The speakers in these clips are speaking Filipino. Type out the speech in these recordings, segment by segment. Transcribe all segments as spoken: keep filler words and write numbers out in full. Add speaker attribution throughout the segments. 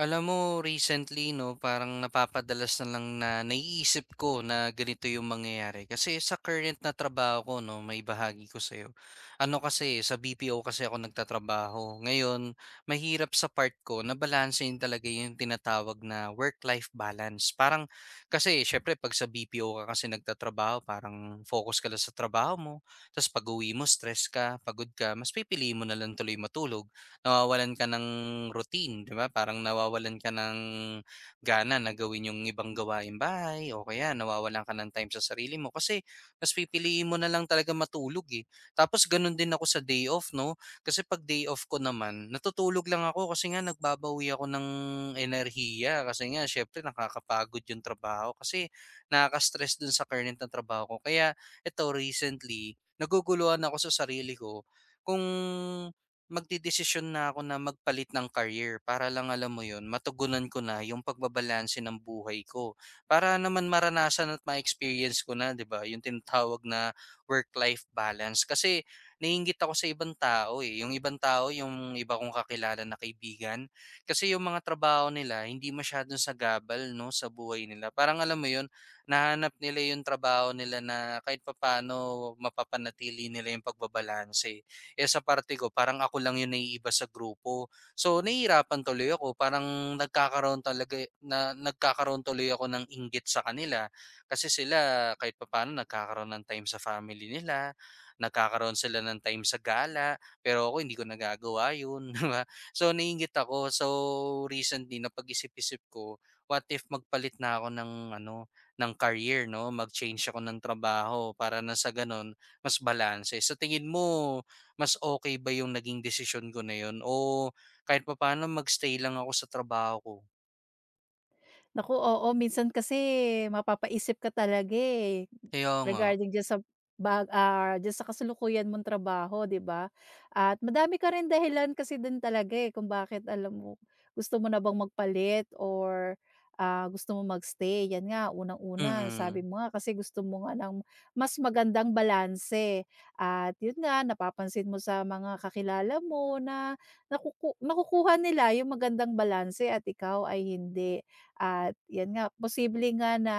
Speaker 1: Alam mo recently 'no, parang napapadalas na lang na naiisip ko na ganito yung mangyayari. Kasi sa current na trabaho ko 'no, may bahagi ko sa'yo. Ano kasi, sa B P O kasi ako nagtatrabaho. Ngayon, mahirap sa part ko na balansehin talaga yung tinatawag na work-life balance. Parang kasi siyempre 'pag sa B P O ka kasi nagtatrabaho parang focus ka lang sa trabaho mo, tapos pag-uwi mo stress ka, pagod ka, mas pipili mo na lang tuloy matulog nawawalan ka ng routine, 'di ba? Parang nawawalan ka ng gana na gawin yung ibang gawain, bahay o kaya nawawalan ka ng time sa sarili mo kasi mas pipiliin mo na lang talaga matulog, eh. Tapos gano'n din ako sa day off, 'no? Kasi 'pag day off ko naman, natutulog lang ako kasi nga nagbabawi ako ng enerhiya kasi nga siyempre nakakapagod yung trabaho kasi nakaka-stress dun sa current na trabaho ko. Kaya eto recently, naguguluhan ako sa sarili ko kung Magdedesisyon na ako na magpalit ng career para lang alam mo 'yun, matugunan ko na 'yung pagbabalanse ng buhay ko. Para naman maranasan at ma-experience ko na 'di ba 'yung tinatawag na work-life balance. Kasi naiinggit ako sa ibang tao, eh, 'yung ibang tao 'yung iba kong kakilala na kaibigan, kasi 'yung mga trabaho nila hindi masyadong sagabal 'no sa buhay nila. Parang alam mo 'yun, nahanap nila 'yung trabaho nila na kahit papaano mapapanatili nila 'yung pagbabalanse. Eh, sa parte ko parang ako lang yung naiiba sa grupo. So, nahihirapan tuloy ako parang nagkakaroon talaga na nagkakaroon tuloy ako ng inggit sa kanila. Kasi sila kahit papaano nagkakaroon ng time sa family nila, nagkakaroon sila ng time sa gala, pero ako hindi ko nagagawa yun, di ba? So, naiinggit ako. So, recently napag-isip-isip ko, what if magpalit na ako ng ano, ng career, no? Mag-change ako ng trabaho para na sa ganun, mas balanse. Sa tingin mo, mas okay ba yung naging desisyon ko na yun o kahit pa paano magstay lang ako sa trabaho ko.
Speaker 2: Naku, oo. Minsan kasi mapapaisip ka talaga, eh,
Speaker 1: Kaya nga.
Speaker 2: regarding diyan sa bag ah, diyan sa kasalukuyan mong trabaho, 'di ba? At madami ka rin dahilan kasi din talaga, eh, kung bakit alam mo, gusto mo na bang magpalit or, ah, gusto mo magstay stay. 'Yan nga, unang-una sabi
Speaker 1: Mm.
Speaker 2: mo nga kasi gusto mo nga ng mas magandang balanse at 'yun nga, napapansin mo sa mga kakilala mo na nakuku nakukuha nila yung magandang balanse at ikaw ay hindi. At 'yan nga, posible nga na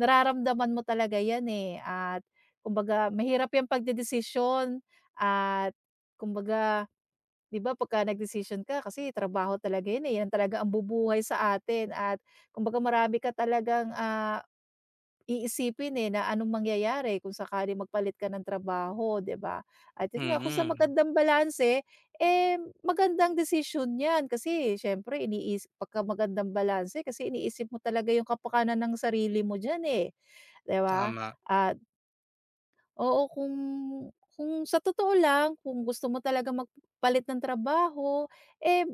Speaker 2: nararamdaman mo talaga 'yan, eh, at kumbaga mahirap 'yang pagdedesisyon at kumbaga, 'di ba pagka nagdesisyon ka kasi trabaho talaga yun, eh, 'yan talaga ang bubuhay sa atin. At kumbaga marami ka talagang, ah iisipin, eh, na anong mangyayari kung sakaling magpalit ka ng trabaho, 'di ba? At yun nga, kung sa
Speaker 1: Mm.
Speaker 2: magandang balanse, eh, magandang desisyon 'yan kasi siyempre iniis pagka magandang balanse kasi iniisip mo talaga yung kapakanan ng sarili mo diyan, eh, 'di ba?
Speaker 1: Tama.
Speaker 2: At oo, kung kung sa totoo lang, kung gusto mo talaga magpalit ng trabaho, eh,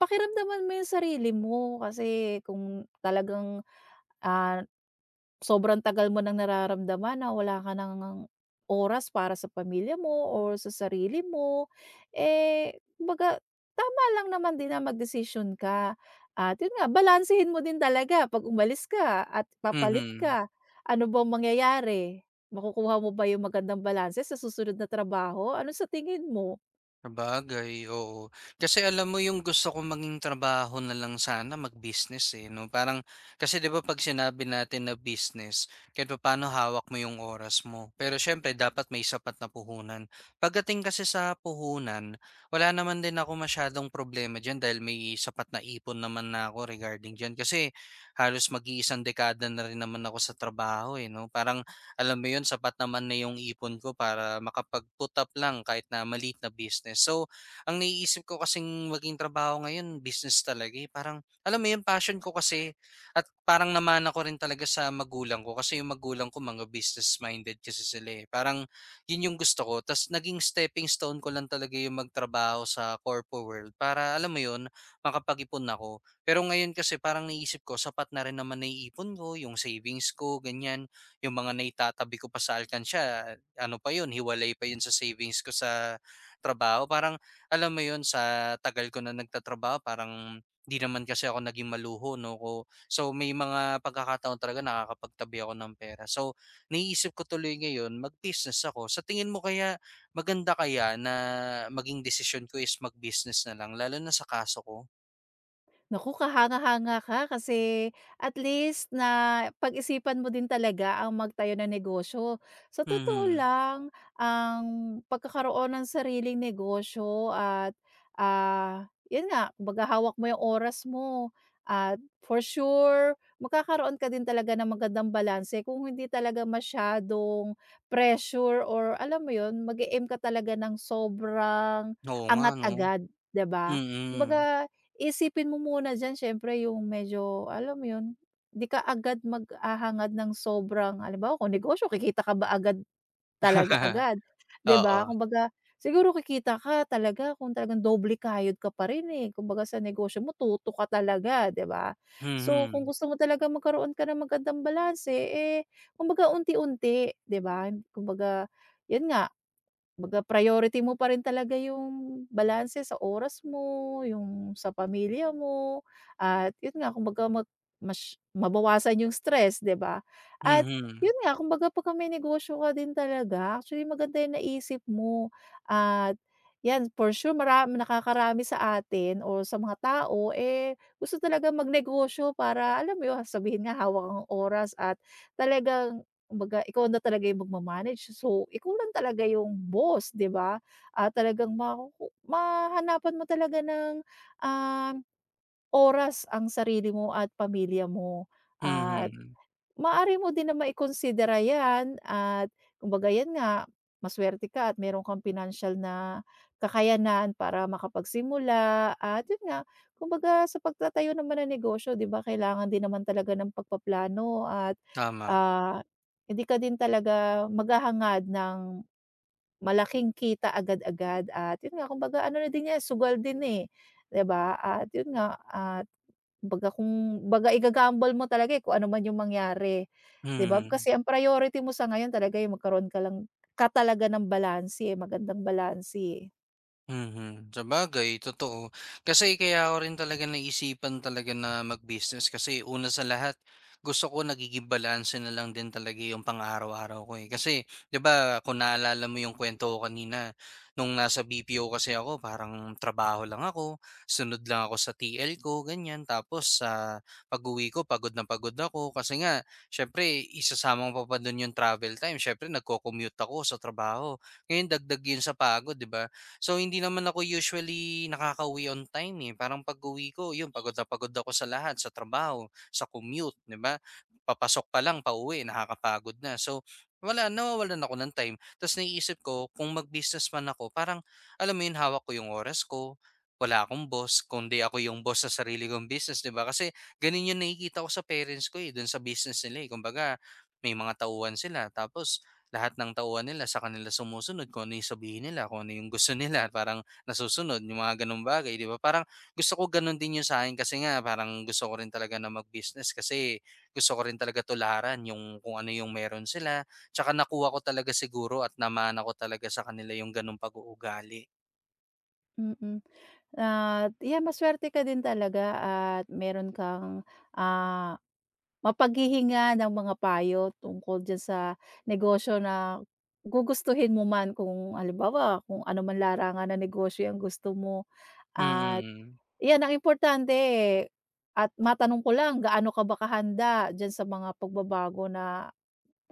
Speaker 2: pakiramdaman mo yung sarili mo kasi kung talagang, ah sobrang tagal mo ng nararamdaman na wala ka ng oras para sa pamilya mo or sa sarili mo, eh, kumbaga tama lang naman din na magdesisyon ka at yun nga, balansehin mo din talaga. 'Pag umalis ka at papalit
Speaker 1: Mhm.
Speaker 2: ka, ano bang mangyayari? Makukuha mo ba yung magandang balanse sa susunod na trabaho? Ano sa tingin mo?
Speaker 1: Sabagay, oo. Kasi alam mo yung gusto ko maging trabaho na lang sana mag-business eh, 'no? Parang kasi 'di ba 'pag sinabi natin na business, kahit pa paano hawak mo yung oras mo. Pero siyempre dapat may sapat na puhunan. Pagdating kasi sa puhunan, wala naman din ako masyadong problema diyan dahil may sapat na ipon naman na ako regarding diyan. Kasi halos mag-iisang dekada na rin naman ako sa trabaho eh, 'no? Parang alam mo 'yun, sapat naman na 'yung ipon ko para makapag-put up lang kahit na maliit na business. So, ang naiisip ko kasing maging trabaho ngayon business talaga, eh. Parang alam mo 'yun, passion ko kasi at parang naman ako rin talaga sa magulang ko kasi 'yung magulang ko mga business-minded kasi sila, eh. Parang 'yun 'yung gusto ko ta's naging stepping stone ko lang talaga 'yung magtrabaho sa corpo world para alam mo 'yun, makapag-ipon ako. Pero ngayon kasi parang naisip ko sapat na rin naman naiipon ko, 'yung savings ko, ganyan yung mga naitatabi ko pa sa alkansya, ano pa yun, hiwalay pa yun sa savings ko sa trabaho. Parang alam mo yun, sa tagal ko na nagtatrabaho, parang di naman kasi ako naging maluho, no? Ko, so may mga pagkakataon talaga nakakapagtabi ako ng pera. So naiisip ko tuloy ngayon, mag-business ako. Sa tingin mo kaya maganda kaya na maging desisyon ko is mag-business na lang, lalo na sa kaso ko?
Speaker 2: Naku, kahanga-hanga ka kasi at least na pag-isipan mo din talaga ang magtayo ng negosyo. Sa totoo
Speaker 1: Mhm.
Speaker 2: lang, ang pagkakaroon ng sariling negosyo at, ah, 'yun nga, kumbaga hawak mo 'yung oras mo at for sure makakaroon ka din talaga ng magandang balanse kung hindi talaga masyadong pressure or alam mo 'yun, mag-e-aim ka talaga ng sobrang
Speaker 1: Oo nga,
Speaker 2: angat
Speaker 1: no?
Speaker 2: agad, 'di ba?
Speaker 1: Mm.
Speaker 2: Kumbaga, isipin mo muna diyan siyempre yung medyo alam mo yun, 'di ka agad maghahangad ng sobrang, halimbawa kung negosyo kikita ka ba agad talaga agad, 'di ba?
Speaker 1: Oo.
Speaker 2: Kumbaga siguro kikita ka talaga kung talagang doble kayod ka pa rin, eh, kumbaga sa negosyo mo tutok ka talaga, 'di ba? So kung
Speaker 1: Mhm.
Speaker 2: gusto mo talaga magkaroon ka ng magandang balanse, eh, kumbaga unti-unti, 'di ba? Kumbaga, yun nga, kumbaga priority mo pa rin talaga yung balanse sa oras mo, yung sa pamilya mo at yun nga kumbaga mag mas mabawasan yung stress, 'di ba? At
Speaker 1: Mhm.
Speaker 2: yun nga, kumbaga pagka may negosyo ka din talaga, actually maganda yung naisip mo at yan, for sure mara nakakarami sa atin o sa mga tao, eh, gusto talaga magnegosyo para alam mo yun, sabihin nga hawak ang oras at talagang kumbaga ikaw na talaga yung magma so ikaw lang talaga yung boss, 'di ba? Ah, talagang makuku mahahanapan mo talaga ng, um, oras ang sarili mo at pamilya mo at
Speaker 1: Mhm,
Speaker 2: maaari mo din na maikonsidera 'yan at kumbaga 'yan nga, masuwerte ka at meron kang pinansiyal na kakayanan para makapagsimula at 'yun nga, kumbaga sa pagtatayo naman ng negosyo, 'di ba kailangan din naman talaga ng pagpaplano at,
Speaker 1: tama,
Speaker 2: ah, hindi ka din talaga maghahangad ng malaking kita agad-agad at 'yun nga kumbaga ano na din 'yan, sugal din, eh, 'di ba? At 'yun nga, kumbaga kung baga iga-gamble mo talaga, eh, kung ano man yung mangyari, 'di ba?
Speaker 1: mm.
Speaker 2: Kasi ang priority mo sa ngayon talaga yung magkaroon ka lang ka talaga ng balanse, eh, magandang balanse, eh.
Speaker 1: Mhm, sabagay totoo. Kasi kaya ko rin talaga naisipan talaga na mag-business kasi una sa lahat, gusto ko nagiging balanse na lang din talaga yung pang-araw-araw ko, eh. Kasi 'di ba kung naalala mo yung kwento ko kanina, nung nasa B P O kasi ako parang trabaho lang ako, sunod lang ako sa T L ko, ganyan. Tapos sa pag-uwi ko pagod na pagod ako kasi nga siyempre isasamang mo pa pa dun yung travel time, siyempre nagco-commute ako sa trabaho. Ngayon dagdag yun sa pagod, 'di ba? So, hindi naman ako usually nakakauwi on time eh. Parang pag-uwi ko, yun, pagod na pagod ako sa lahat, sa trabaho, sa commute, di ba? Papasok pa lang, pauwi, nakakapagod na. So, wala, nawawalan ako ng time. Tapos naiisip ko, kung mag-business man ako, parang, alam mo yun, hawak ko yung oras ko, wala akong boss, kundi ako yung boss sa sarili kong business, di ba? Kasi ganun yung nakikita ko sa parents ko eh, dun sa business nila eh. Kumbaga, may mga tauhan sila. Tapos, lahat ng tauhan nila sa kanila sumusunod kung ano yung sabihin nila, kung ano yung gusto nila parang nasusunod, yung mga gano'ng bagay, 'di ba? Parang gusto ko gano'n din yung sa'kin kasi nga parang gusto ko rin talaga na mag-business kasi gusto ko rin talaga tularan yung kung ano yung meron sila, tsaka nakuha ko talaga siguro at naman ako talaga sa kanila yung gano'ng pag-uugali.
Speaker 2: Mm. At yan, masuwerte ka din talaga at meron kang, ah, mapaghihinga ng mga payo tungkol diyan sa negosyo na gugustuhin mo man kung halimbawa kung ano man larangan ng negosyo ang gusto mo. At
Speaker 1: Mm. mm.
Speaker 2: 'yan ang importante at matanong ko lang, gaano ka ba kahanda diyan sa mga pagbabago na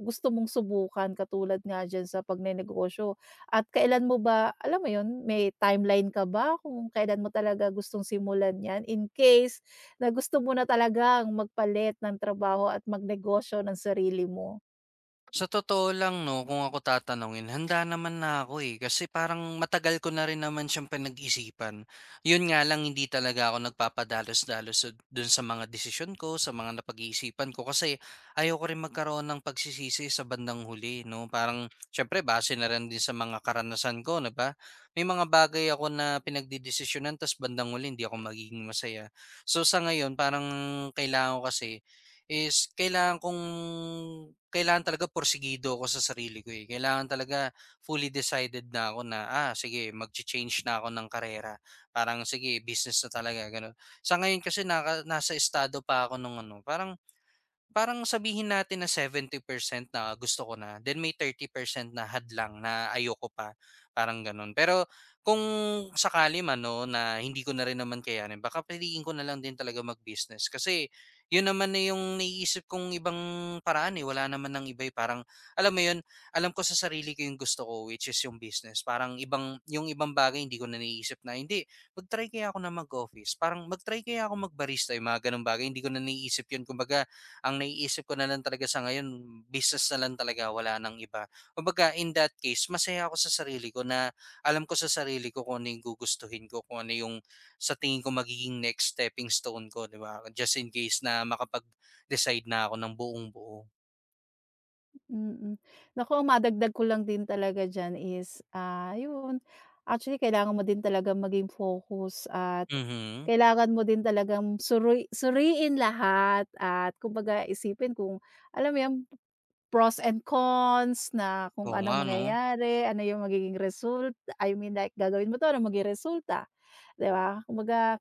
Speaker 2: gusto mong subukan, katulad nga diyan sa pagnenegosyo at kailan mo ba, alam mo 'yun, may timeline ka ba kung kailan mo talaga gustong simulan 'yan in case na gusto mo na talagang magpalit ng trabaho at magnegosyo ng sarili mo?
Speaker 1: Sa totoo lang 'no, kung ako tatanungin handa naman na ako, eh, kasi parang matagal ko na rin naman siyang pinag-isipan. 'Yun nga lang hindi talaga ako nagpapadalos-dalos sa- dun sa mga desisyon ko, sa mga napag-iisipan ko kasi ayoko rin magkaroon ng pagsisisi sa bandang huli 'no. Parang siyempre base na rin din sa mga karanasan ko na ba, may mga bagay ako na pinagdedesisyonan ta's bandang huli hindi ako magiging masaya. So, sa ngayon parang kailangan ko kasi is kailangan kong kailangan talaga porsigido ako sa sarili ko, eh. Kailangan talaga fully decided na ako na, "Ah, sige magcha-change na ako ng karera." Parang sige business na talaga gano'n. Sa ngayon kasi naka nasa estado pa ako nung ano, parang Parang sabihin natin na seventy percent na gusto ko na, then may thirty percent na hadlang na ayoko pa, parang gano'n. Pero kung sakali man 'no, na hindi ko na rin naman kayanin baka piliin ko na lang din talaga mag-business kasi 'yun naman na yung naiisip kong ibang paraan, eh, wala naman ng iba, eh. Parang alam mo 'yun, alam ko sa sarili ko yung gusto ko which is yung business. Parang ibang yung ibang bagay hindi ko na naiisip na, "Hindi, mag-try kaya ako na mag-office, parang mag-try kaya ako mag-barista." Yung mga gano'ng bagay hindi ko na naiisip 'yun. Kumbaga ang naiisip ko na lang talaga sa ngayon, business na lang talaga, wala ng iba. Kumbaga, in that case, masaya ako sa sarili ko na alam ko sa sarili ko kung ano yung gugustuhin ko, kung ano yung sa tingin ko magiging next stepping stone ko, di ba? Just in case na makapag-decide na ako ng buong buo.
Speaker 2: Mm. Naku, ang madagdag ko lang din talaga diyan is, ah, yun, actually kailangan mo din talagang maging focus at
Speaker 1: Mhm.
Speaker 2: kailangan mo din talagang suri suriin lahat at kumbaga isipin kung alam mo yun, pros and cons, na kung
Speaker 1: Oo nga,
Speaker 2: anong
Speaker 1: no?
Speaker 2: mangyayari, ano yung magiging result. I mean, like, gagawin mo 'to, ano maging resulta. 'Di ba? Kumbaga,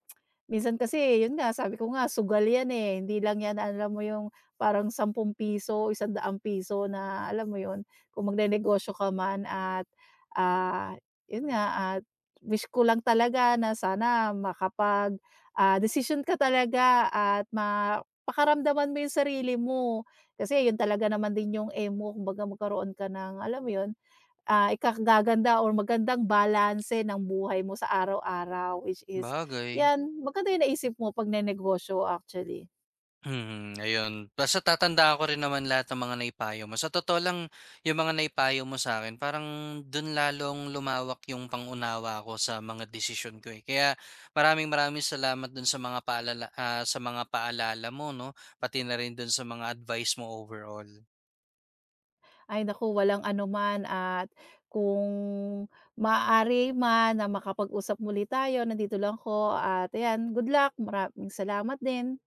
Speaker 2: minsan kasi yun nga, sabi ko nga sugal yan, eh, hindi lang yan alam mo yung parang sampung piso isang o piso na alam mo yun, kung magnenegosyo ka man at, ah, yun nga, at wish ko lang talaga na sana makapag, ah, desisyon ka talaga at mapakaramdaman mo yung sarili mo. Kasi yun talaga naman din yung aim mo, kumbaga magkaroon ka ng, alam mo yun, Ah, ikakaganda or magandang balanse ng buhay mo sa araw-araw, which is,
Speaker 1: Bagay.
Speaker 2: 'yan, maganda yung naisip mo pag nenegosyo actually.
Speaker 1: Hmm, ayun. Basta tatandaan ko rin naman lahat ng mga naipayo mo. Sa totoo lang, yung mga naipayo mo sa akin parang dun lalong lumawak yung pangunawa ko sa mga desisyon ko, eh. Kaya maraming maraming salamat dun sa mga paalala ah, sa mga paalala mo 'no, pati na rin dun sa mga advice mo overall.
Speaker 2: Ay naku, walang anuman at kung maaari man na makapag-usap muli tayo, nandito lang ko at ayan, good luck, maraming salamat din.